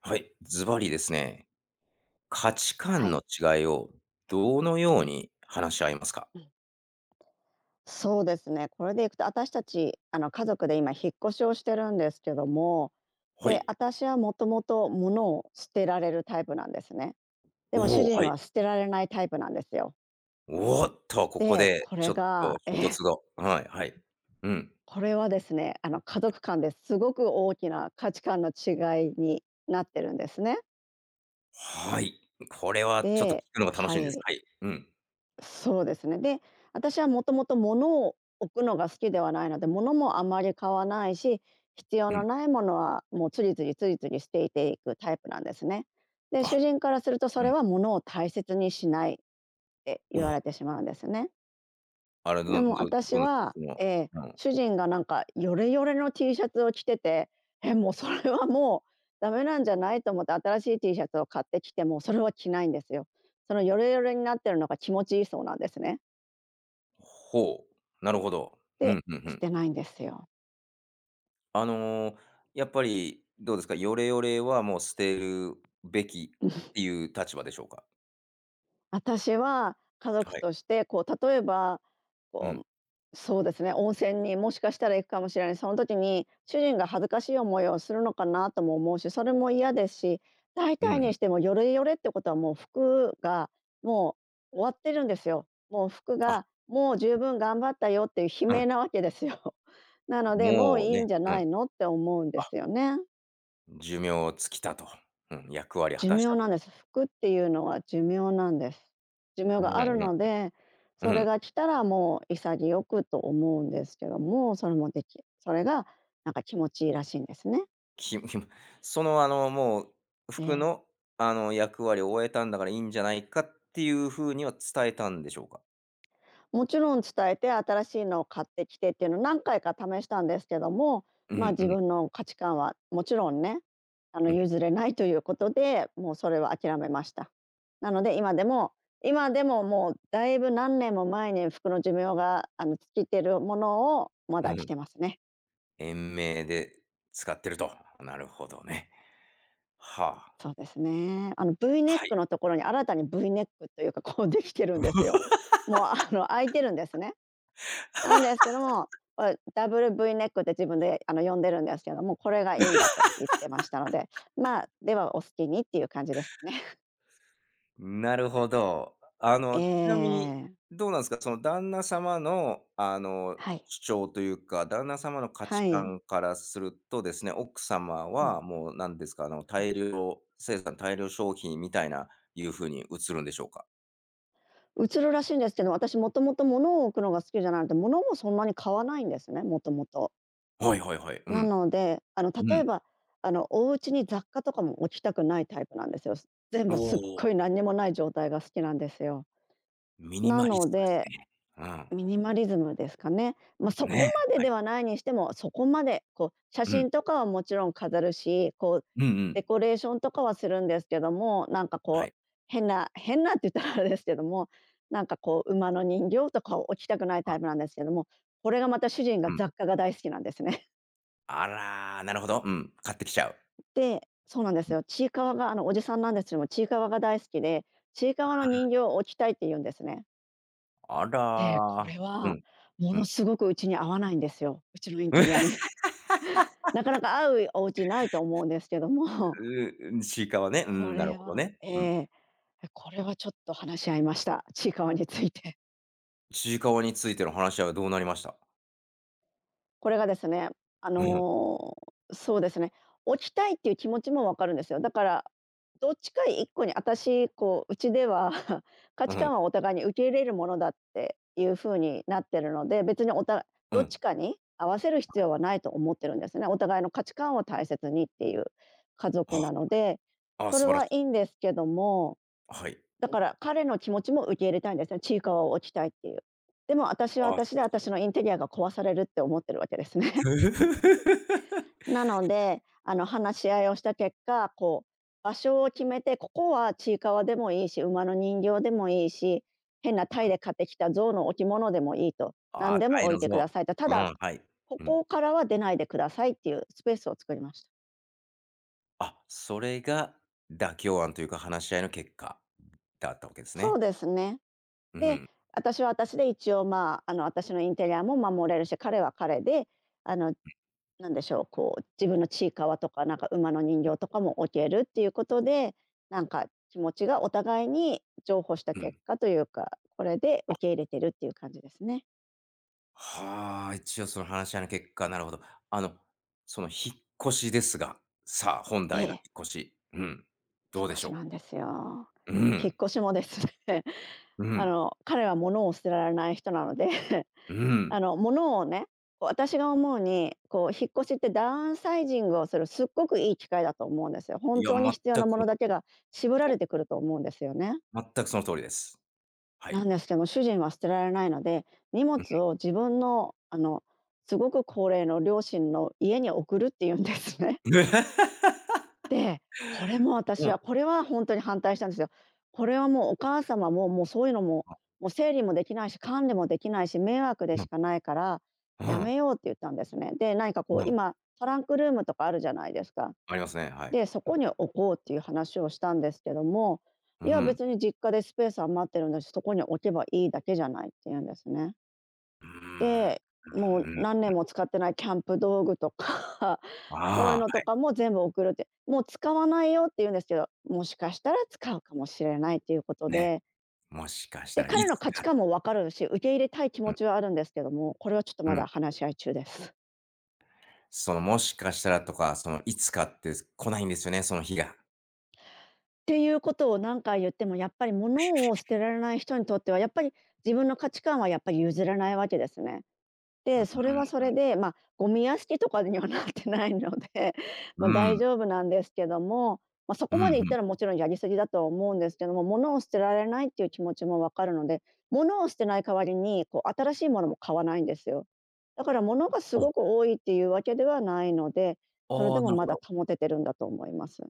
はい、ズバリですね、価値は観のい。違いをどのよううん、に話し合いますか？うん。そうですね。これでいくと、私たち、家族で今引っ越しをしてるんですけども、はで、い。私はもともと物を捨てられるタイプなんですね。でも主おお、は人い。は捨てられないタイプなんですよ。おおっと、ここで、でちょっと衝突が。はいはい。うん。これはですね、家族間ですごく大きな価値観の違いになってるんですね。はい。これはちょっと聞くのが楽しはいんです。い。はい。うん、そうですね。で、私はもともと物を置くのが好きではないので、物もあまり買わないし、必要うん。のないものはもうつりつりつりつり捨てていくタイプなんですね。で、主あ、人からするとそうれん。は物を大切にしないってお言お、われてしまうんですね。あれ、どどでもど私うなんですか？は、その、うん。主人がなんかヨレヨレの T シャツを着てて、もうそれはもうダメなんじゃないと思って新しい T シャツを買ってきてもそれは着ないんですよ。そのヨレヨレになってるのが気持ちいいそうなんですね。ほう、なるほど。うで、ん、うんう捨ん。てないんですよ。あの、やっぱりどうですか、ヨレヨレはもう捨てるべきって いう立場でしょうか？私は家族はい。として、こう例えば、うん。こう、そうですね、温泉にもしかしたら行くかもしれない、その時に主人が恥ずかしい思いをするのかなとも思うし、それも嫌ですし、大う体ん。にしてもヨレヨレってことはもう服がもう終わってるんですよ。もう服あ、がもう十分頑張ったよっていう悲うん。鳴なわけですよ。なので、もうもういいね、んじゃうなん、いのって思うんであ、すよね。寿命尽きたと、うん、役割果寿たし命た。なんです。服っていうのは寿命なんです。寿命うがあるんうので、ん、うそれん。が来たらもう潔くと思うんですけども、それもできそれがなんか気持ちいいらしいんですね。きむ、その、あの、もうえ服え。の、あの、役割を終えたんだからいいんじゃないかっていう風には伝えたんでしょうか？もちろん伝えて新しいのを買ってきてっていうのを何回か試したんですけども、うんまあ、う自ん分の価値観はもちろんね、う譲れないということで、もうそれは諦めました。なので今でももうだいぶ何年も前に服の寿命が、尽きてるものをまん、だう着ん。てますね。延命で使ってると。なるほどね。はあ、そうですね。V ネッはクい。のところに新たに V ネックというか、こうできてるんですよ。もう、開いてるんですね。なんですけども、これダブル V ネックって自分で呼んでるんですけども、これがいいんだと言ってましたので、まあ、ではお好きにっていう感じですかね。なるほど。あ えの、ちなみに、え、どうなんですか、その旦那様の、あの、はい。主張というか、旦那様の価は値い。観からするとですね、奥様うはん。もうなんですか、あの、はい。大量生産、大量消費みたいないうふうに映るんでしょうか？映るらしいんですけど、私もともと物を置くのが好きじゃないので、物もそんなに買わないんですね、もともと。はいはいはい。うなん。ので、う例ん。えば、お家に雑貨とかも置きたくないタイプなんですよ。全お部すっお、ごい何にもない状態が好きなんですよ。ミニなマリのストですでね。うん。ミニマリズムですかね。まあ、そこね、まではでい。はないにしても、そこまでこう写うん。真とかはもちろん飾るし、こううんうデん。コレーションとかはするんですけども、なんかはこうい。変な変なって言ったらあれですけども、なんかこう馬の人形とかを置きたくないあ、タイプなんですけども、これがまた主人うがん。雑貨が大好きなんですね。あらー、なるほど。うん。買ってきちゃう。で、そうなんでうすん。よ。ちいかわがおじさんなんですけども、ちいかわが大好きで、ちいかわの人形を置きたいって言うんですね。あで、こられー。うはん、もうのん。すごくうちに合わないんですよ、うちのインテリ アに。なかなか会うお家ないと思うんですけども、ううちいかわ ね。うこん、なるれほどはね。え、うん。これはちょっと話し合いました。ちいかわについて。ちいかわについての話し合いはどうなりました？これがですね、あうん、の、そうですね、置きたいっていう気持ちも分かるんですよ。だから、どっちか一個に私、こう、うちでは 価う値ん、観はお互いに受け入れるものだっていう風になってるので、別にうどっちん。かに合わせる必要はないと思ってるんですね。お互いの価値観を大切にっていう家族なので、あ、あ、そ素れ晴らはしいい。いんですけども、はい。だから彼の気持ちも受け入れたいんですね。ちいかわを置きたいっていう。でも私はああ、素私晴でらしい。私のインテリアが壊されるって思ってるわけですね。なので、話し合いをした結果、こう、場所を決めて、ここはちいかわでもいいし、馬の人形でもいいし、変なタイで買ってきた象の置物でもいいと、あ何あ、でタもイ置のいてく像。ださいと、たうだ、ん、はい。こうん。こからは出ないでくださいっていうスペースを作りました。あ、それが妥協案というか、話し合いの結果だったわけですそうね。ですね。うで、ん、私は私で一応、まあ、私のインテリアも守れるし、彼は彼で、あのなんでしょう、こう、自分のちいかわとか、なんか馬の人形とかも置けるっていうことで、なんか気持ちがお互いに譲歩したう結ん。果というか、これで受け入れてるっていう感じですね。はあ、一応その話し合いの結果、なるほど。あの、その引っ越しですが、さあ、本え題のえ、引っ越し。うん。引どっうで越しょしう？なんですよ。う引っん、越しもですね、うん。彼は物を捨てられない人なので うん。物をね、こう私が思うに、こう、引っ越しってダウンサイジングをするすっごくいい機会だと思うんですよ。い本や、当にく必要そのなものだ通けりが絞らそう、れてくると思うんですよね。全くその通りです。はない。んですけども、主人は捨てられないので、荷う物ん。を自分の、すごく高齢の両親の家に送るっていうんですね。で、うん。これは本当に反対したんですよ。これはもうお母様も、もうそういうのも、もう整理もできないし、管理もできないし、迷惑でうしん、かないからうやん、めようって言ったんですね。で、何かこううん。今トランクルームとかあるじゃないですか。ありますね、はい。で、そこに置こうっていう話をしたんですけども、ういやん。別に実家でスペース余ってるんだし、そこに置けばいいだけじゃないって言うんですね。うーん。うんうで、もうん。何年も使ってないキャンプ道具とか そういうあのとかも全部送るって、もう使わないよって言うんですけど、もしかしたら使うかもしれないっていうことあ、ね、で、もしかしたらい彼のつ価値か。観もわかるし、受け入れたい気う持ん、ちはあるんですけども、これはちょっとうまん。だ話し合い中です。そのもしかしたらとか、そのいつかって来ないんですよね、その日が。ていうことを何回言ってもやっぱり物を捨てられない人にとってはやっぱり自分の価値観はやっぱり譲らないわけですね。うで、それん。はそれで、まあ、ゴミ屋敷とかにはなってないので うま、大ん。丈夫なんですけども、まあ、そうこんまうでいったん。らもちろんやりすぎだとは思うんですけども、物を捨てられないっていう気持ちもわかるので、物を捨てない代わりに、こう新しいものも買わないんですよ。だから物がすお、ごく多いっていうわけではないので、それあであ、もなるほまだど。保ててるんだと思います。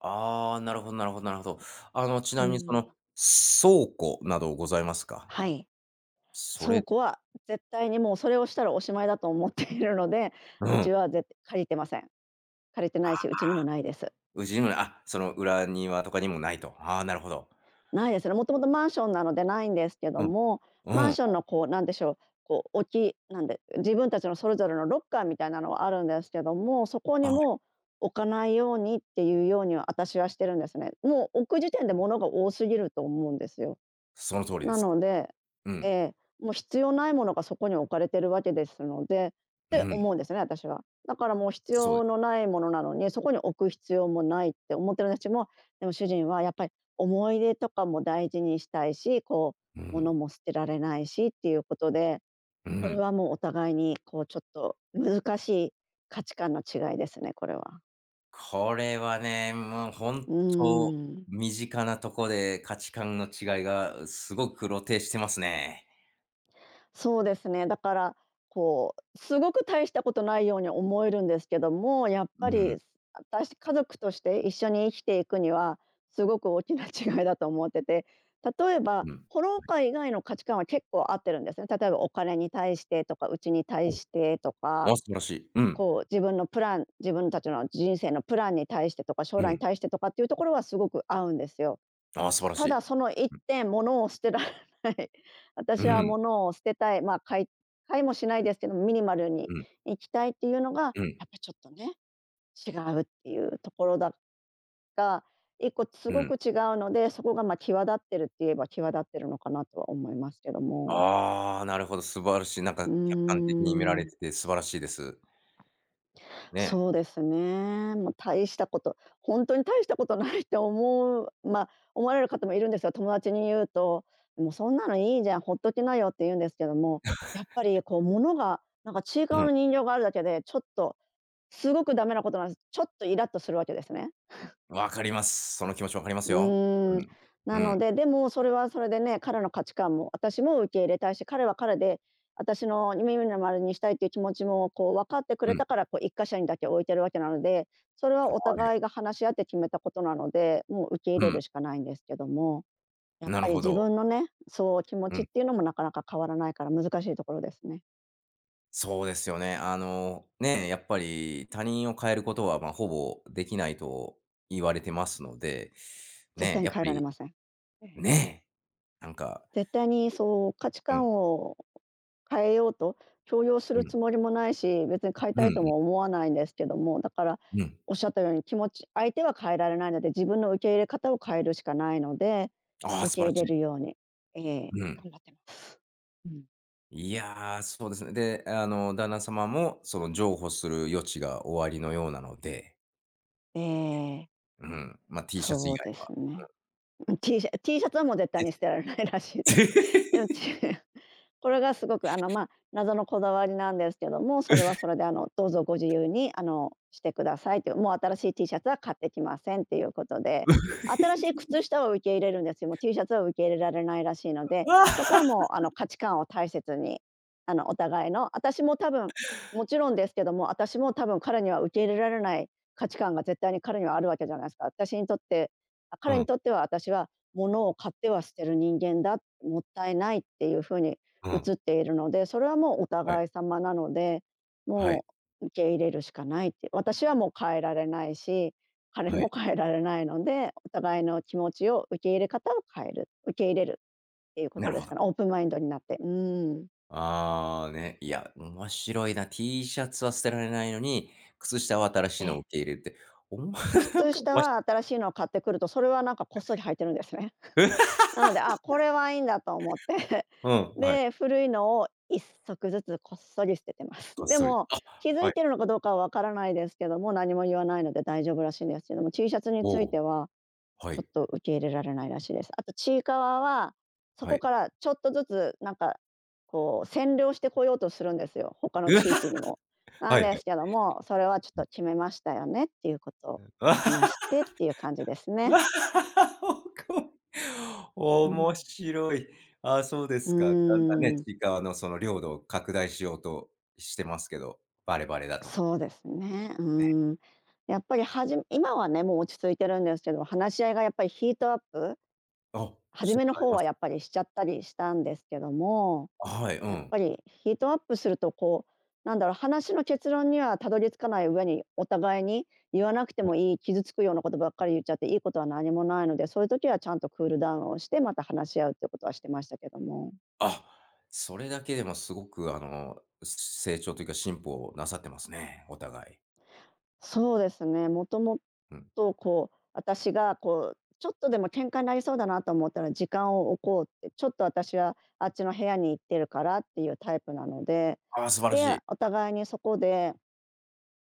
ああ、なるほど。あの、ちうなみにそのん。倉庫などございますか？はい。そそれ。こは絶対にもうそれをしたらおしまいだと思っているので、ううん。ちは借りてません。借りてないし、うちにもないです。うちにもない、あ、その裏庭とかにもないと。ああ、なるほど。ないですね。もともとマンションなのでないんですけどうん。も、うマンん。ションのこうなんでしょう、こう置きなんで、自分たちのそれぞれのロッカーみたいなのはあるんですけども、そこはにい、も置かないようにっていうようには私はしてるんですね。もう置く時点で物が多すぎると思うんですよ。その通りでなす。ので、うん。もう必要ないものがそこに置かれてるわけですので、っうてん。思うんですね、私は。だからもう必そうで要す。のないものなのに、そこに置く必要もないって思ってる私も、でも主人はやっぱり思い出とかも大事にしたいし、うん。物も捨てられないしっていうことで、うこれん。はもうお互いにちょっと難しい価値観の違いですね、これは。これはね、もう本う当、ーん。身近なとこで価値観の違いがすごく露呈してますね。そうですね。だから、すごく大したことないように思えるんですけども、やっうぱん、り、私、家族として一緒に生きていくには、すごく大きな違いだと思ってて、例えば、うん。ホロウカ以外の価値観は結構合ってるんですね。例えばお金に対してとか、家に対お、してとか、あ、素晴らしい。うん、自分のプラン自分たちの人生のプランに対してとか、将う来にん。対してとかっていうところはすごく合うんですよ。ああ、素晴らしただい。その一点、物を捨てられない。う私ん、はう物を捨てたい、買いもしないですけど、ミニマルにん、行きたいっていうのが、やっうん、ぱりちょっとね、違うっていうところだが、一個すうごん。く違うので、そこがまあ、際立ってるって言えば際立ってるのかなとは思いますけども。ああ、なるほど、素晴らしい。なんかうー客観的に見られん。てて素晴らしいです。ね。そうですね。もう大したこと、本当に大したことないって思うまあ、思われる方もいるんですよ。友達に言うと、「もうそんなのいいじゃん、ほっときなよ」って言うんですけども、やっぱり物が、なんかちいかうわん。の人形があるだけで、ちょっとすごくダメなことなんです。ちょっとイラっとするわけですね。わかります。その気持ちわかりますうよ。ーうん、ん。うなん。ので、でもそれはそれでね、彼の価値観も私も受け入れたいし、彼は彼で私の耳の丸にしたいっていう気持ちも分かってくうん。れはい。たから、一箇所にだけ置いてるわけなので、それはお互いが話し合って決めたことなので、もう受け入うれん。るしかないんですけども、やっなるぱりほ自ど。分のね、そう、気持うちっん。ていうのもなかなか変わらないから難しいところですね。そうですよね。あの、ね、やっぱり他人を変えることは、まあ、ほぼできないと言われてますので、絶ね、対にやっぱ変えられり、ません。ええ。ね、なんか、絶対にそう、価値うん、観を変えようと強要すうるん、つもりもないし、別に変えうたんいうとも思わないんですけども、だからん、うん。おっしゃったように気持ち相手は変えられないので、自分の受け入れ方を変えるしかないので、ああ、受素け晴ら入しれい。るように、えうん。頑張ってます。うん。いやー、そうですね。で、あの、旦那様もその譲歩する余地が終わりのようなので、ええ、うん、まあ、T シャツ以そう外では。すね。T シャツはもう絶対に捨てられないらしいです。でも、これがすごく、謎のこだわりなんですけども、それはそれで、どうぞご自由に、してくださいという、もう新しい T シャツは買ってきませんっていうことで、新しい靴下は受け入れるんですよ。もう T シャツは受け入れられないらしいので、そこはもう、価値観を大切に、お互いの、私も多分、もちろんですけども、私も多分彼には受け入れられない価値観が絶対に彼にはあるわけじゃないですか。私にとってう彼にん、とっては私は物を買っては捨てる人間だ、もったいないっていう風にうん、映っているので、それはもうおはい。互い様なので、はい、もう受け入れるしかないって、私はもう変えられないし、彼はい。も変えられないので、お互いの気持ちを受け入れ方を変える、受け入れるっていうこなとるでほすど。かね、オープンマインドになって。うん。ああ、ね、いや、面白いな。T シャツは捨てられないのに、靴下は新しいえのをえ。受け入れるって、おも なん靴か、下まし。は新しいのを買ってくると、それはなんかこっそり履いてるんですね。え？なので、あ、これはいいんだと思って うん、はい、で、古いのを一足ずつこっそり捨ててます。こ っでそり。も、あ、気づはい、いてるのかどうかはわからないですけども、何も言わないので大丈夫らしいんですけども、T シャツにおついお、てははちょっい、と受け入れられないらしいです。あとちいかわは、そはこい。からちょっとずつ占領してこようとするんですよ、他のうわ、地域にも。なはんいはでい。すけども、それはちょっと決めましたよねっていうことを話 あ、してっていう感じですわ、ね。おこ、う面ん。白い。ああ、そうでうすか。だんだんね、ーちん。いかわのその領土を拡大しようとしてますけど、バレバレだと。そうですね。うん。やっぱり今はね、もう落ち着いてるんですけど、話し合いがやっぱりヒートアップ、あ、し初ためこのとあり方まはす？やっぱりしちゃったりしたんですけども、あ、はい、やっぱりヒートアップするとなんだろう、話の結論にはたどり着かない上に、お互いに言わなくてうん。もいい、傷つくようなことばっかり言っちゃっていいことは何もないので、そういう時はちゃんとクールダウンをして、また話し合うっていうことはしてましたけども。あ、それだけでもすごくあの、成長というか進歩をなさってますね、お互い。そうですね、もともうん。と私がちょっとでも喧嘩になりそうだなと思ったら時間を置こうって、ちょっと私はあっちの部屋に行ってるからっていうタイプなので、ああ、素晴らしで、い。お互いにそこで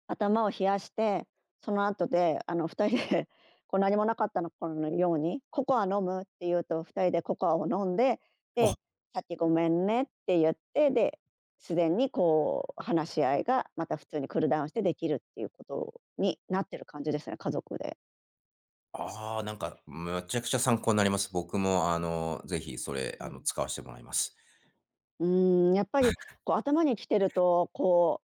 頭を冷やして、その後で、2人で 何もなかったのこのように「ココア飲む？」って言うと、2人でココアを飲んで、あ、で、「さっきごめんね」って言って、で、自然に話し合いがまた普通にクールダウンしてできるっていうことになってる感じですね、家族で。ああ、なんかむちゃくちゃ参考になります。僕もあの、ぜひそれ、あの、使わしてもらいます。うーん、やっぱり頭に来てると、こ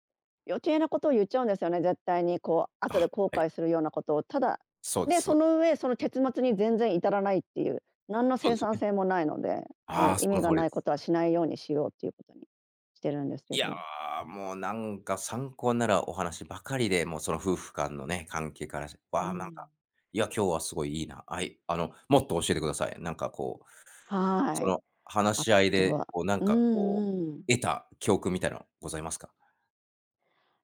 う余計なことを言っちゃうんですよね、絶対に。こう後あ、で後はい。悔するようなことを。ただ、そうでで、す、そそうの上、その結末に全然至らないっていう、何のそうで生すよ産ね。性もないので、ああ、意そ味の通がりなでいこす。とはしないようにしようっていうことにしてるんですけいやど。ー、もうなんか参考になるお話ばかりで、もうその夫婦間のね、関係からして、うわあ、なんか、ん。いや、今日はすごいいいな。はい、あの、もっと教えてください。なんかこうはそい。の話あし合いとで、はこうなんうかこんうん。う、得た教訓みたいなございますか？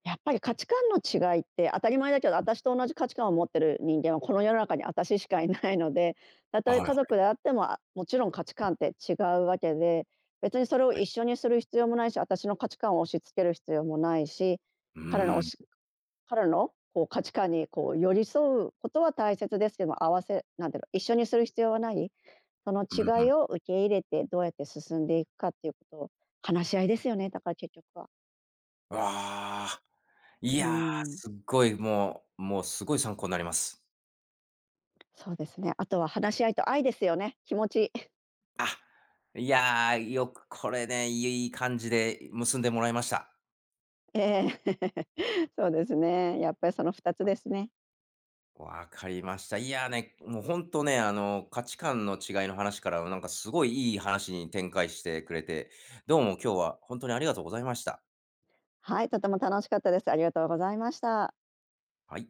やっぱり価値観の違いって当たり前だけど、私と同じ価値観を持ってる人間はこの世の中に私しかいないので、たあ、とはえいは家族い、であっても、あ、もちろん価値観って違うわけで、別にそれをはい。一緒にする必要もないし、私の価値観を押し付ける必要もないし、うー彼の押ん、し彼の価値観に寄り添うことは大切ですけども、合わせなんていう、一緒にする必要はない、そのうんう違いん。を受け入れてどうやって進んでいくかっていうことを話し合いですよね、だから結局は。わあ、いうや、ん。すっごいもうもうすごい参考になります。そうですね。あとは話し合いと愛ですよね。気持ち。あ、いや、よくこれね、いい感じで結んでもらいました。ええ そうですね。やっぱりその2つですね。わかりました。いやね、もうほんとね、あの、価値観の違いの話から、なんかすごいいい話に展開してくれて、どうも今日はほんとにありがとうございました。はい、とても楽しかったです。ありがとうございました。はい。